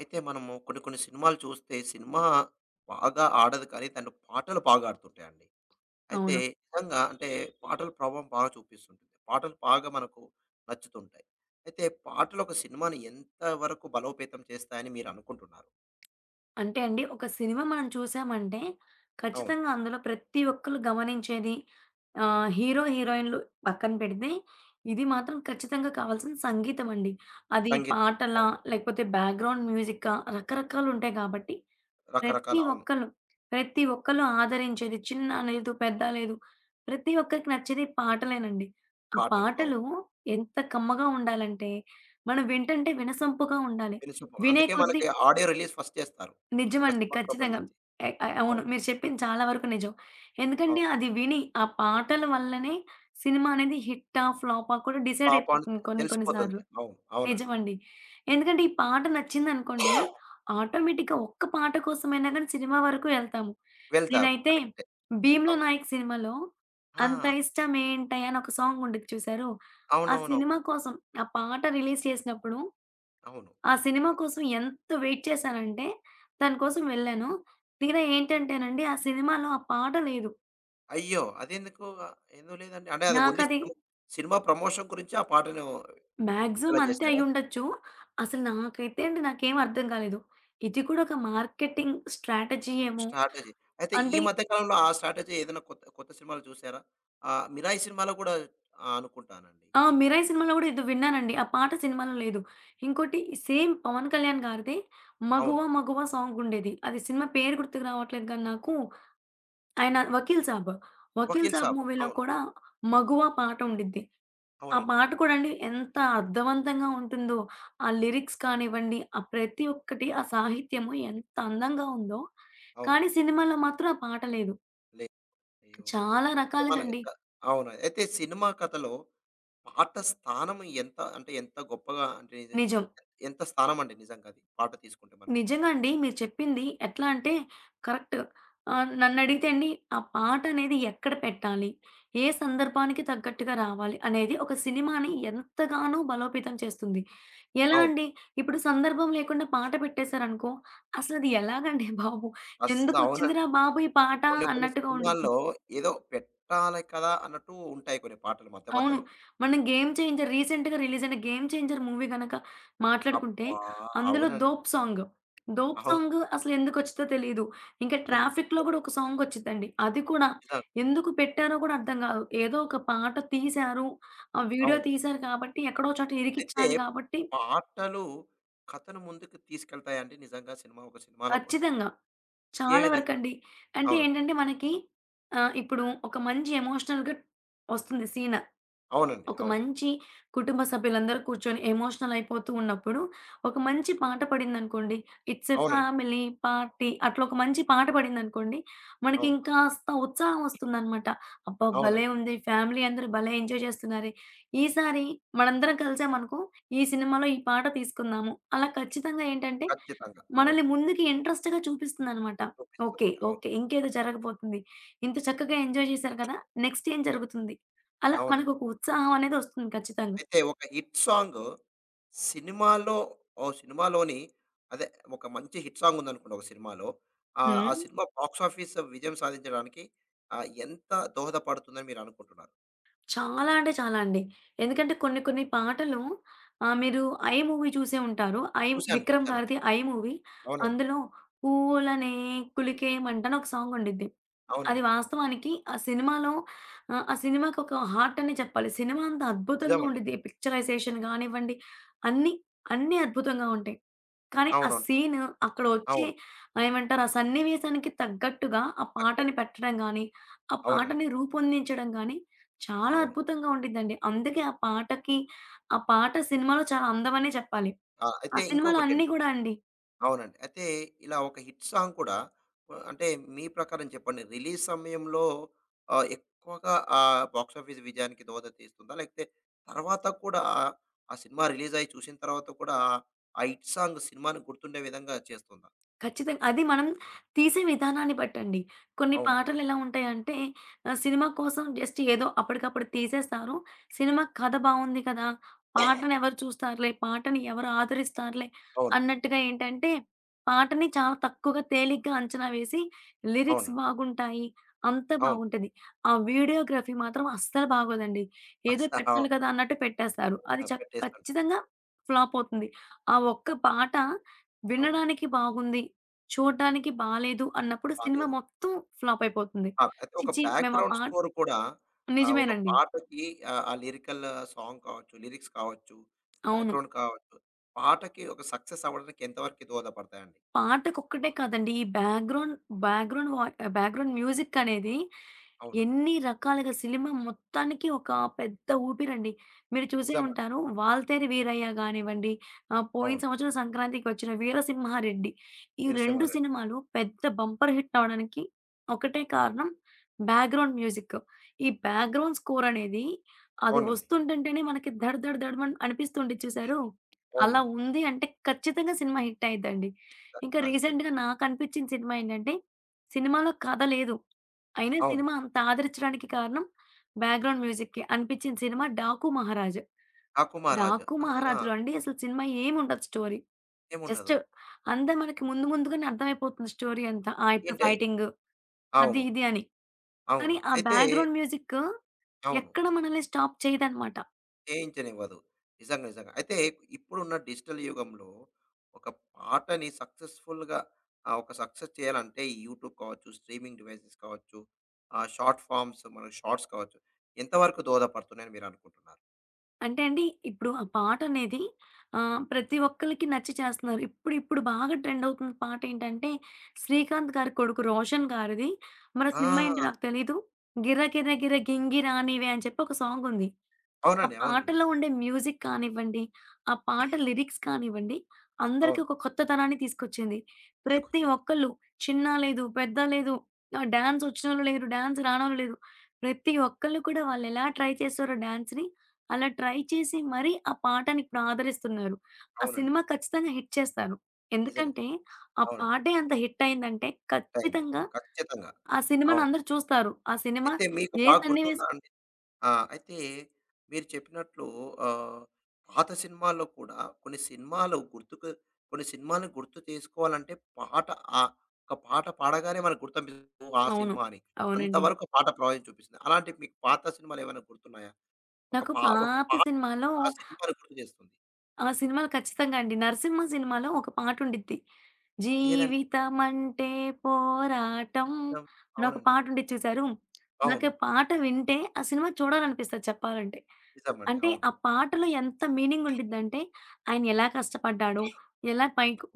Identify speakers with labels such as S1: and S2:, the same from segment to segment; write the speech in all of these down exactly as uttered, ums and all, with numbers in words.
S1: అయితే మనము కొన్ని కొన్ని సినిమాలు చూస్తే సినిమా బాగా ఆడదు కానీ తను పాటలు బాగా ఆడుతుంటాయండి. అయితే
S2: అవును.
S1: నిజంగా అంటే పాటల ప్రభావం బాగా చూపిస్తుంటుంది. పాటలు బాగా మనకు నచ్చుతుంటాయి. అయితే పాటలు ఒక సినిమాని ఎంత వరకు బలోపేతం చేస్తాయని మీరు అనుకుంటున్నారు?
S2: అంటే అండి, ఒక సినిమా మనం చూసామంటే,
S1: అవును.
S2: ఖచ్చితంగా అందులో ప్రతి ఒక్కళ్ళు గమనించేది ఆహ్, హీరో, హీరోయిన్‌లు పక్కన పెడితే, ఇది మాత్రం ఖచ్చితంగా కావాల్సిన సంగీతం అండి. అది
S1: సంగీతం.
S2: పాటలా,
S1: అవును.
S2: లేకపోతే బ్యాక్‌గ్రౌండ్ మ్యూజిక్కా, రకరకాలుంటాయి కాబట్టి,
S1: రకరకాల
S2: ప్రతి
S1: అవును.
S2: ఒక్కళ్ళు, ప్రతి ఒక్కళ్ళు ఆదరించేది చిన్న లేదు, పెద్ద లేదు, ప్రతి ఒక్కరికి నచ్చేది పాటలేనండి. ఆ
S1: పాటలు. అవును.
S2: పాటలు ఎంత కమ్మగా ఉండాలంటే, మనం వింటంటే వినసొంపుగా ఉండాలి.
S1: తెలిసిపో
S2: వినే
S1: అందుకే
S2: కొద్దీ
S1: మనకి ఆడియో రిలీజ్ ఫస్ట్ చేస్తారు. ఒక
S2: నిజమండి.
S1: సినిమాకి
S2: ఖచ్చితంగా.
S1: సంబంధించి.
S2: ఎ అ అవును.
S1: అవును.
S2: మీరు చెప్పింది చాలా వరకు నిజం. ఎందుకంటే
S1: అవును.
S2: అది విని, ఆ పాటల వల్లనే సినిమా అనేది హిట్టా? ఫ్లాపా? కూడా డిసైడ్
S1: ఫ్లాప్ అని
S2: అయిపోతుంది కొన్ని కొన్ని
S1: తెలిసిపోతుంది.
S2: సార్లు.
S1: అవును. అవునండి.
S2: నిజమండి. ఎందుకంటే ఈ పాట నచ్చిందనుకోండి, ఆటోమేటిక్‌గా ఒక్క పాట కోసమైనా గానీ సినిమా వరకు ఎళ్తాము.
S1: వెళ్తాం.
S2: నేనైతే
S1: కరెక్టే.
S2: 'భీమ్లా
S1: అవును.
S2: నాయక్' సినిమాలో 'అంత
S1: ఆ!
S2: ఇష్టమేంటై' అని ఒక సాంగ్ ఉండిద్ది చూసారు? ఆ సినిమా
S1: అవునవునవును.
S2: కోసం ఆ పాట రిలీజ్ చేసినప్పుడు
S1: అవును.
S2: ఆ సినిమా కోసం ఎంత వెయిట్ చేశానంటే, దాని కోసం వెళ్ళాను. తీరా ఏంటంటేనండి, ఆ సినిమాలో ఆ పాట లేదు.
S1: అయ్యో! అదెందుకు? ఎందుకు లేదండి? అంటే అది ఓన్లీ
S2: నాకది
S1: సినిమా సినిమా ప్రమోషన్ గురించి ఆ పాటను విడుదల
S2: మాక్సిమం అంతే
S1: చేశారా?
S2: అయ్యుండొచ్చు. అసలు నాకైతే అండి నాకేం అర్థం కాలేదు. ఇది కూడా ఒక మార్కెటింగ్ స్ట్రాటజీ ఏమో!
S1: స్ట్రాటజీ. అయితే ఈ
S2: అంటే
S1: మధ్య కాలంలో ఆ స్ట్రాటజీ ఏదైనా కొత్త కొత్త సినిమాలు చూసారా? ఆహ్, 'మిరాయి' సినిమాలో కూడా ఆహ్, అనుకుంటానండి.
S2: ఆ! 'మిరాయ్' సినిమాలో గూడా ఏదో విన్నానండి. ఆ పాట సినిమాలో లేదు. ఇంకోటి సేమ్ 'పవన్ కళ్యాణ్' గారిది
S1: అవును.
S2: 'మగువ మగువ' సాంగుండేది. అది సినిమా పేరు గుర్తుకు రావట్లేదు గానీ నాకు ఆయన 'వకీల్ సాబ్'. 'వకీల్
S1: 'వకీల్
S2: సాబ్'
S1: సాబ్'
S2: మూవీలో
S1: అవును.
S2: కూడా 'మగువ' పాట ఉండిద్ది. ఆ
S1: అవునండి.
S2: పాట కూడా అండి ఎంత అర్థవంతంగా ఉంటుందో, ఆ లిరిక్స్ కానివ్వండి, ఆ ప్రతి ఒక్కటి ఆ సాహిత్యము ఎంత అందంగా ఉందో,
S1: అవును.
S2: కానీ సినిమాలో మాత్రం ఆ పాట లేదు.
S1: లే అయ్యో!
S2: చాలా
S1: మన
S2: రకాలుగా అండి
S1: అవును. అయితే సినిమా కథలో పాట స్థానం ఎంత అంటే ఎంత గొప్పగా అంటే
S2: నిజం.
S1: ఎంత స్థానమండి నిజంగా అది. పాట తీసుకుంటే మనం.
S2: నిజంగా అండి. మీరు చెప్పింది ఎట్లా అంటే కరెక్ట్. ఆహ్, నన్నడిగితే అండి ఆ పాటనేది ఎక్కడ పెట్టాలి? ఏ సందర్భానికి తగ్గట్టుగా రావాలి? అనేది ఒక సినిమాని ఎంతగానో బలోపేతం చేస్తుంది. ఎలా
S1: అవును.
S2: అండి? ఇప్పుడు సందర్భం లేకుండా పాట పెట్టేశారనుకో అసలది ఎలాగండి బాబు!
S1: అస్స
S2: ఎందుకొచ్చిందిరా
S1: అవునండి.
S2: బాబు ఈ పాట
S1: కొన్ని కొన్ని
S2: అన్నట్టుగా ఉండిద్ది.
S1: సినిమాల్లో ఏదో పెట్టాలి కదా అన్నట్టు ఉంటాయి కొన్ని పాటలు మధ్య
S2: అవును.
S1: మధ్యలో.
S2: మనం 'గేమ్ చేంజర్' రీసెంట్‌గా రిలీజయిన 'గేమ్ చేంజర్' మూవీ గనక మాట్లాడుకుంటే,
S1: అబ్బా!
S2: అందులో
S1: అవునండి.
S2: 'ధూప్' సాంగ్. 'ధూప్'
S1: అవును.
S2: సాంగ్ అసలెందుకొచ్చిందో తెలీదు. ఇంకా
S1: ఎందుకొచ్చిందో
S2: 'ట్రాఫిక్‌లో' గూడా
S1: మరి.
S2: ఒక సాంగొచ్చిద్దండి. అది కూడా
S1: నిజం.
S2: ఎందుకు పెట్టారో గూడా అర్థం గాదు. ఏదో ఒక పాట తీశారు, ఆ వీడియో
S1: అవును.
S2: తీశారు కాబట్టి, ఎక్కడో చోట
S1: అయితే
S2: ఇరికిచ్చాలి కాబట్టి
S1: పాటలు కథను ముందుకు తీసుకెళ్తాయండి నిజంగా సినిమా ఒక సినిమాలో కూడా?
S2: ఖచ్చితంగా.
S1: ఏ
S2: చాలా
S1: విధంగా?
S2: వరకండి. అంటే
S1: అవును.
S2: ఏంటంటే మనకి ఆహ్, ఇప్పుడు ఒక మంచి ఎమోషనల్‌గా ఒస్తుంది సీన్.
S1: అవునండి.
S2: ఒక
S1: అవును.
S2: మంచి కుటుంబ సభ్యులందరూ కూర్చొని ఎమోషనల్ అయిపోతూ ఉన్నప్పుడు, ఒక మంచి పాట పడిందనుకోండి, 'ఇట్స్ ఎ
S1: అవునండి.
S2: ఫ్యామిలీ పార్టీ' అట్లా ఒక మంచి పాట పడిందనుకోండి, మనకి
S1: అవును.
S2: ఇంకాస్త ఉత్సాహం వస్తుందనమాట. అబ్బా! భలే
S1: అవునండి.
S2: ఉంది. ఫ్యామిలీ అందరూ భలే ఎంజాయ్ చేస్తున్నారే! ఈసారి మనందరం కలిసామనుకో, ఈ సినిమాలో ఈ పాట తీసుకుందాము. అలా ఖచ్చితంగా ఏంటంటే
S1: ఖచ్చితంగా. అవును.
S2: మనల్ని ముందుకి ఇంట్రెస్ట్‌గా చూపిస్తుందనమాట. ఓకే.
S1: చూపిస్తుంది. అవును.
S2: ఓకే. ఇంకేదో జరగబోతుంది. ఇంత చక్కగా ఎంజాయ్ చేశారు కదా! నెక్స్ట్ ఏం జరుగుతుంది? అలా
S1: అవునండి.
S2: మనకొక ఉత్సాహం అనేది వస్తుంది ఖచ్చితంగా.
S1: అయితే ఒక హిట్ సాంగ్ సినిమాలో ఓ సినిమాలోని అదే ఒక మంచి హిట్ సాంగ్ ఉందనుకోండి ఒక సినిమాలో. ఆహ్, ఆ
S2: హ్మ్.
S1: సినిమా బాక్స్ ఆఫీస్ విజయం సాధించడానికి ఆహ్, ఎంత దోహదపడుతుందని మీరనుకుంటున్నారు?
S2: చాలా అంటే చాలా అండి. ఎందుకంటే కొన్ని కొన్ని పాటలు ఆహ్, మీరు 'ఐ' మూవీ చూసే ఉంటారు. 'ఐ'
S1: చూసాను.
S2: 'విక్రమ్'
S1: చూసానండి.
S2: గారిది 'ఐ' మూవీ.
S1: అవునండి.
S2: అందులో 'పూలనే కులికేయమంట' అని ఒక సాంగ్ ఉండిద్ది. అది
S1: అవునండి.
S2: వాస్తవానికి ఆ సినిమాలో ఆహ్, ఆ సినిమాకి ఒక హార్ట్ అనే చెప్పాలి. సినిమా అంత అద్భుతంగా
S1: నిజమండి.
S2: ఉండిద్ది. పిక్చరైజేషన్ గానివ్వండి, అన్నీ, అన్నీ అద్భుతంగా ఉంటాయి. కానీ ఆ
S1: అవునవును.
S2: సీన్ అక్కడొచ్చే
S1: అవును.
S2: ఏమంటారు? ఆ సన్నివేశానికి తగ్గట్టుగా ఆ పాటని
S1: 'అక్కడ్'
S2: పెట్టడం గానీ, ఆ
S1: అవునండి.
S2: పాటని రూపొందించడం గానీ, చాలా
S1: అవును.
S2: అద్భుతంగా ఉండిద్దండి. అందుకే ఆ పాటకి ఆ పాట సినిమాలో చాలా అందమనే చెప్పాలి.
S1: ఆ!
S2: ఆ
S1: అయితే
S2: సినిమాలో
S1: ఇంకొకటండి
S2: అన్నీ గూడా అండి.
S1: అవునండి. అయితే ఇలా ఒక హిట్ సాంగ్ కూడా ఆహ్, అంటే మీ ప్రకారం చెప్పండి. రిలీజ్ సమయంలో ఆహ్, ఎక్కువగా ఆహ్, బాక్సాఫీస్ విజయానికి దోహద తీస్తుందా? లేకపోతే తర్వాత కూడా ఆ సినిమా రిలీజ్ అయ్యి చూసిన తర్వాత కూడా ఆ హిట్ సాంగ్ సినిమాని గుర్తుండే విధంగా చేస్తుందా?
S2: ఖచ్చితంగా. అది మనం తీసే విధానాన్ని బట్టండి. కొన్ని
S1: అవును.
S2: పాటలెలా ఉంటాయంటే ఆహ్, సినిమా కోసం జస్ట్ ఏదో అప్పటికప్పుడు తీసేస్తారు. సినిమా కథ బావుంది కదా! పాటనెవరు చూస్తారులే, పాటని ఎవరు ఆదరిస్తారులే
S1: అవును.
S2: అన్నట్టుగా ఏంటంటే, పాటని చాలా తక్కువగా తేలిగ్గా అంచనా వేసి లిరిక్స్
S1: అవునండి.
S2: బాగుంటాయి. అంతా
S1: అవును.
S2: బాగుంటది. ఆ వీడియోగ్రఫీ మాత్రం అస్సలు బాగోదండి.
S1: అస
S2: ఏదో పెట్టాలి
S1: అవును.
S2: కదా! అన్నట్టు పెట్టేస్తారు. అది చ
S1: పెట్టేస్తుంటారు.
S2: ఖచ్చితంగా ఫ్లాప్ అవుతుంది. ఆ ఒక్క పాట
S1: అవును.
S2: వినడానికి బాగుంది. చూడడానికి బాలేదు అన్నప్పుడు సినిమా
S1: బాలేదు.
S2: మొత్తం ఫ్లాప్ అయిపోతుంది.
S1: ఆ! అయితే
S2: ఛీ!
S1: ఒక
S2: ఛీ! మేమా
S1: బ్యాక్‌గ్రౌండ్
S2: పాట్
S1: స్కోర్ కూడా ఆహ్, ఒక
S2: నిజమేనండి.
S1: పాటకి ఆహ్, ఆ లిరికల్ సాంగ్ కావచ్చు, లిరిక్స్ కావచ్చు,
S2: అవును.
S1: బ్యాక్‌గ్రౌండ్ కావచ్చు, పాటకి ఒక సక్సెస్ అవ్వడానికి ఎంతవరకు దోహదపడతాయండి?
S2: పాటకొక్కటే కాదండి. ఈ బ్యాక్‌గ్రౌండ్, బ్యాక్‌గ్రౌండ్ వా బ్యాక్‌గ్రౌండ్ మ్యూజిక్ అనేది
S1: అవునండి.
S2: ఎన్ని రకాలుగా సినిమా మొత్తానికి ఒక పెద్ద ఊపిరండి. మీరు చూసే
S1: నిజమండి.
S2: ఉంటారు 'వాల్తేరు వీరయ్య' గానివ్వండి, ఆహ్, పోయిన
S1: అవును.
S2: సంవత్సరం సంక్రాంతికి వచ్చిన 'వీరసింహారెడ్డి' ఈ రెండు
S1: 'వీరసీమగారండి'.
S2: సినిమాలు పెద్ద బంపర్ హిట్ అవ్వడానికి ఒకటే కారణం బ్యాక్‌గ్రౌండ్ మ్యూజిక్. ఈ బ్యాక్‌గ్రౌండ్ స్కోర్ అనేది అది
S1: అవునండి.
S2: వస్తుంటుంటేనే మనకి ధడ్ ధడ్ ధడమని అనిపిస్తూ ఉండిద్ది చూసారు? అలా
S1: అవునండి.
S2: ఉంది అంటే ఖచ్చితంగా సినిమా హిట్ అయ్యిద్దండి. ఇంకా
S1: ఖచ్చితంగా.
S2: రీసెంట్‌గా నాకనిపించిన సినిమా ఏంటంటే, సినిమాలో కథ లేదు. అయినా
S1: అవును.
S2: సినిమా అంత ఆదరించడానికి కారణం బ్యాక్‌గ్రౌండ్ మ్యూజిక్‌కి అనిపించిన సినిమా 'డాకు మహారాజు'.
S1: 'ఆ కుమారాజు.'
S2: 'డాకు
S1: ఆ!
S2: మహారాజులో' అండి అసలు సినిమా ఏముండదు స్టోరీ. జస్ట్
S1: ఏముండదు.
S2: అంతా మనకి ముందు ముందుగానే అర్థమైపోతుంది స్టోరీ అంతా. ఆ! ఇప్పుడు
S1: ఏంటయి
S2: ఫైటింగు అది
S1: అవును.
S2: ఇది అని. కానీ
S1: అవును.
S2: ఆ
S1: అయితే
S2: బ్యాక్‌గ్రౌండ్ మ్యూజిక్
S1: అవును.
S2: ఎక్కడ మనల్ని స్టాప్ చేయదనమాట.
S1: చేయించనివ్వదు. నిజంగా, నిజంగా. అయితే ఇప్పుడున్న డిజిటల్ యుగంలో ఒక పాటని సక్సెస్‌ఫుల్‌గా ఆహ్, ఒక సక్సెస్ చేయాలంటే ఈ యూట్యూబ్ కావచ్చు, స్ట్రీమింగ్ డివైసెస్ కావచ్చు, ఆహ్, షార్ట్ ఫార్మ్స్ మన షార్ట్స్ కావచ్చు. ఎంతవరకు దోహదపడుతున్నాయని మీరనుకుంటున్నారు?
S2: అంటే అండి, ఇప్పుడు ఆ పాటనేది ఆహ్, ప్రతి ఒక్కళ్ళకి నచ్చి చేస్తున్నారు. ఇప్పుడు, ఇప్పుడు బాగా ట్రెండ్ అవుతున్న పాటేంటంటే, శ్రీకాంత్ గారి కొడుకు రోషన్ గారిది, మన
S1: ఆ!
S2: సినిమా ఏంటో నాకు తెలీదు. 'గిర్ర గిర్ర గిర్ర గింగిరా నీవే' అని చెప్పి ఒక సాంగుంది. ఆ
S1: అవునండి. అవునండి.
S2: పాటలో ఉండే మ్యూజిక్ కానివ్వండి, ఆ పాట లిరిక్స్ కానివ్వండి, అందరికి
S1: అవును.
S2: ఒక కొత్తతనాన్ని తీసుకొచ్చింది. ప్రతి
S1: తీసుకొచ్చింది.
S2: ఒక్కళ్ళు చిన్న లేదు, పెద్ద లేదు, ఆహ్, డాన్స్ వచ్చినోళ్ళు లేరు, డాన్స్ రానోళ్ళు లేరు. ప్రతి ఒక్కళ్ళు కూడా వాళ్ళెలా ట్రై చేశారో డాన్స్‌ని, అలా ట్రై చేసి మరీ ఆ పాటని ఇప్పుడు ఆదరిస్తున్నారు. ఆ
S1: అవునండి.
S2: సినిమా ఖచ్చితంగా హిట్ చేస్తారు.
S1: నిజంగా.
S2: ఎందుకంటే, ఆ
S1: అవునండి.
S2: పాటే అంత హిట్ అయిందంటే
S1: హిట్ అయింది.
S2: ఖచ్చితంగా
S1: ఖచ్చితంగా.
S2: ఆ సినిమాని
S1: అవును.
S2: అందరూ చూస్తారు. ఆ సినిమా
S1: అయితే మీకు
S2: ఏ
S1: బాగా గుర్తుందా
S2: సన్నివేశం
S1: అండి? ఆ! అయితే మీరు చెప్పినట్లు ఆహ్, పాత సినిమాల్లో కూడా కొన్ని సినిమాలు గుర్తుకు కొన్ని సినిమాలను గుర్తు చేసుకోవాలంటే పాట ఆహ్, ఒక పాట పాడగానే మనకు గుర్తొచ్చేస్తుంది ఆ
S2: అవును.
S1: సినిమా అని.
S2: అవునండి.
S1: అంతవరకు పాట ప్రభావం చూపిస్తుంది. అలాంటి మీకు పాత సినిమాలు ఏమైనా గుర్తున్నాయా? ఒక
S2: నాకు
S1: పా ఒక
S2: పాత
S1: పాట
S2: సినిమాలో
S1: ఆ సినిమాని గుర్తు చేస్తుంది.
S2: ఆ సినిమాలో ఖచ్చితంగా అండి. 'నరసింహ' సినిమాలో ఒక పాటుండిద్ది.
S1: ఏదండి?
S2: 'జీవితమంటే పోరాటం' అని ఒక
S1: అవునండి.
S2: పాటుండిద్ది చూసారు.
S1: అవును.
S2: నాకా పాట వింటే ఆ సినిమా చూడాలనిపిస్తది చెప్పాలంటే.
S1: నిజమండి.
S2: అంటే
S1: అవును.
S2: ఆ పాటలో ఎంత మీనింగ్ ఉండిద్దంటే, ఆయన ఎలా కష్టపడ్డాడు? ఎలా పైకి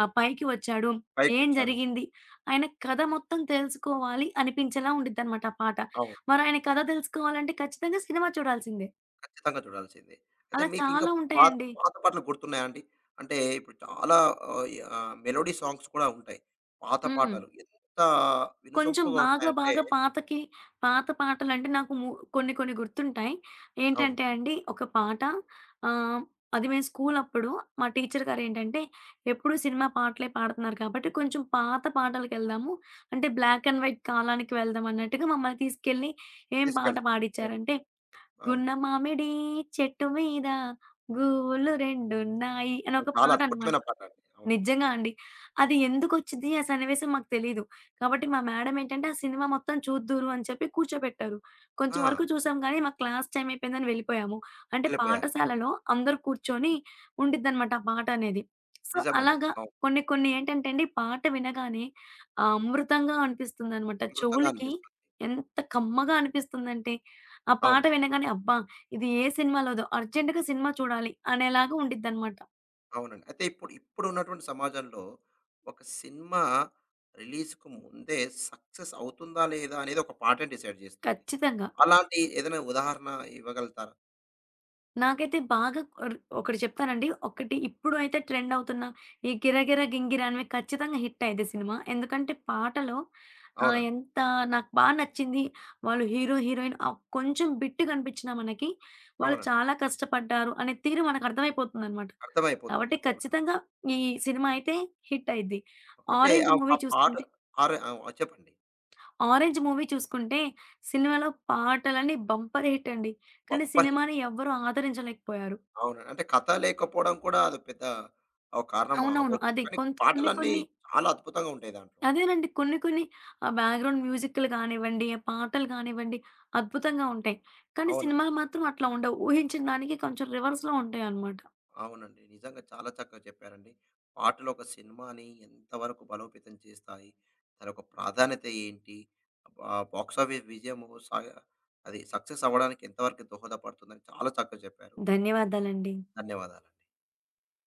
S2: ఆహ్, పైకి వచ్చాడు? ఏం
S1: పైకొచ్చాడు.
S2: జరిగింది? ఆయన కథ మొత్తం తెలుసుకోవాలి అనిపించేలా ఉండిద్దనమాట ఆ పాట.
S1: అవును.
S2: మరి ఆయన కథ తెలుసుకోవాలంటే ఖచ్చితంగా సినిమా చూడాల్సిందే.
S1: ఖచ్చితంగా చూడాల్సిందే. అయితే
S2: అలా
S1: మీకింకా
S2: చాలా
S1: పాత
S2: ఉంటాయండి.
S1: పాత పాటలు గుర్తున్నాయా అండి? అంటే ఇప్పుడు చాలా ఆహ్, ఈ ఆహ్, మెలోడీ సాంగ్స్ కూడా ఉంటాయి. పాత
S2: హ్మ్.
S1: పాటలు ఎంత
S2: కొంచెం
S1: వినసొంపుగా
S2: బాగా
S1: ఉంటాయంటే
S2: బాగా పాతకి పాత పాటలంటే నాకు ము కొన్ని కొన్ని గుర్తుంటాయి.
S1: అవును.
S2: ఏంటంటే అండి ఒక పాట ఆహ్, అది మేము స్కూలప్పుడు మా టీచర్ గారేంటంటే ఎప్పుడు సినిమా పాటలే పాడుతున్నారు కాబట్టి కొంచెం పాత పాటలకెళ్దాము. అంటే బ్లాక్ అండ్ వైట్ కాలానికి వెళ్దాం అన్నట్టుగా మమ్మల్ని తీసుకెళ్ళి ఏం పాట
S1: తీసుకెళ్తారు. అవును.
S2: పాడిచ్చారంటే,
S1: అవును.
S2: గున్న మామిడి చెట్టు మీద గూళ్ళు రెండున్నాయి అని
S1: అది
S2: ఒక
S1: చాలా అద్భుతమైన
S2: పాటనమాట.
S1: పాట అండి. అవును.
S2: నిజంగా అండి. అది ఎందుకొచ్చిద్ది ఆ సన్నివేశం మాకు తెలీదు. కాబట్టి మా మేడం ఏంటంటే, ఆ సినిమా మొత్తం చూద్దురు అని చెప్పి కూర్చోబెట్టారు. కొంచెం
S1: ఆ!
S2: వరకు చూసాం గానీ, మాకు క్లాస్ టైమ్ అయిపోయిందని వెళ్ళిపోయాము. అంటే
S1: వెళ్ళిపోయారు.
S2: పాఠశాలలో అందరూ కూర్చొని ఉండిద్దనమాట ఆ పాట అనేది. సో,
S1: నిజమండి.
S2: అలాగా
S1: అవును.
S2: కొన్ని కొన్ని ఏంటంటే అండి, పాట వినగానే ఆహ్, అమృతంగా అనిపిస్తుందనమాట.
S1: అమృతంగా
S2: చెవులకి
S1: అనిపిస్తుంది.
S2: ఎంత కమ్మగా అనిపిస్తుందంటే, ఆ పాట
S1: అవును.
S2: వినగానే అబ్బా! ఇది ఏ సినిమాలోదో అర్జెంట్‌గా సినిమా చూడాలి అనేలాగా ఉండిద్దనమాట
S1: అవునండి. అయితే ఇప్పుడు ఇప్పుడున్నటువంటి సమాజంలో ఒక సినిమా రిలీజ్‌కు ముందే సక్సెస్ అవుతుందా లేదా అనేది ఒక పాటే డిసైడ్ చేస్తుంది.
S2: ఖచ్చితంగా.
S1: అలాంటి ఏదైనా ఉదాహరణ ఇవ్వగలుగుతారా?
S2: నాకైతే బాగా ఒర్ ఒకటి చెప్తానండి. ఒకటి ఇప్పుడు అయితే ట్రెండ్ అవుతున్న ఈ 'గిరగిర గింగిర' అనేవి ఖచ్చితంగా హిట్ అయ్యిద్ది సినిమా. ఎందుకంటే పాటలో ఆహ్,
S1: అవునండి.
S2: ఎంత నాకు బా నచ్చింది. వాళ్ళు హీరో, హీరోయిన్ ఆహ్, కొంచెం బిట్ కనిపించినా మనకి వాళ్ళు
S1: అవునండి.
S2: చాలా కష్టపడ్డారు అనే తీరు మనకు అర్థమైపోతుందనమాట.
S1: అర్థమైపోతుంది.
S2: కాబట్టి
S1: అవును.
S2: ఖచ్చితంగా ఈ సినిమా అయితే హిట్ అయ్యిద్ది.
S1: అంటే
S2: 'ఆరెంజ్'
S1: ఆహ్, ఆ
S2: మూవీ
S1: పాట
S2: చూసుకుంటే
S1: ఆరే ఆ! చెప్పండి.
S2: 'ఆరెంజ్' మూవీ చూసుకుంటే సినిమాలో పాటలన్నీ బంపర్ హిట్ అండి. కానీ
S1: బంపర్ హిట్.
S2: సినిమాని ఎవ్వరు ఆదరించలేకపోయారు.
S1: అవునండి. అంటే కథ లేకపోవడం కూడా అది పెద్ద ఒక కారణం
S2: అవునవును.
S1: అవ్వచ్చు.
S2: అదే.
S1: కానీ
S2: కొంత్ కొన్ని
S1: పాటలన్నీ
S2: కొన్ని
S1: చాలా అద్భుతంగా ఉంటాయి దాంట్లో.
S2: అదేనండి. కొన్ని కొన్ని ఆహ్, బ్యాక్‌గ్రౌండ్ మ్యూజిక్‌లు గానివ్వండి, ఆ పాటలు గానివ్వండి అద్భుతంగా ఉంటాయి. కానీ
S1: అవునండి.
S2: సినిమాలు మాత్రం అట్లా ఉండవు. ఊహించిన దానికి కొంచెం రివర్స్‌లో ఉంటాయన్నమాట.
S1: అవునండి. నిజంగా చాలా చక్కగా చెప్పారండి. పాటలు ఒక సినిమాని ఎంతవరకు బలోపేతం చేస్తాయి? దాని యొక్క ప్రాధాన్యత ఏంటి? ఆహ్, బాక్స్ ఆఫీస్ విజయము సా అది సక్సెస్ అవ్వడానికి ఎంతవరకు దోహదపడుతుందని చాలా చక్కగా చెప్పారు.
S2: ధన్యవాదాలండి.
S1: ధన్యవాదాలు.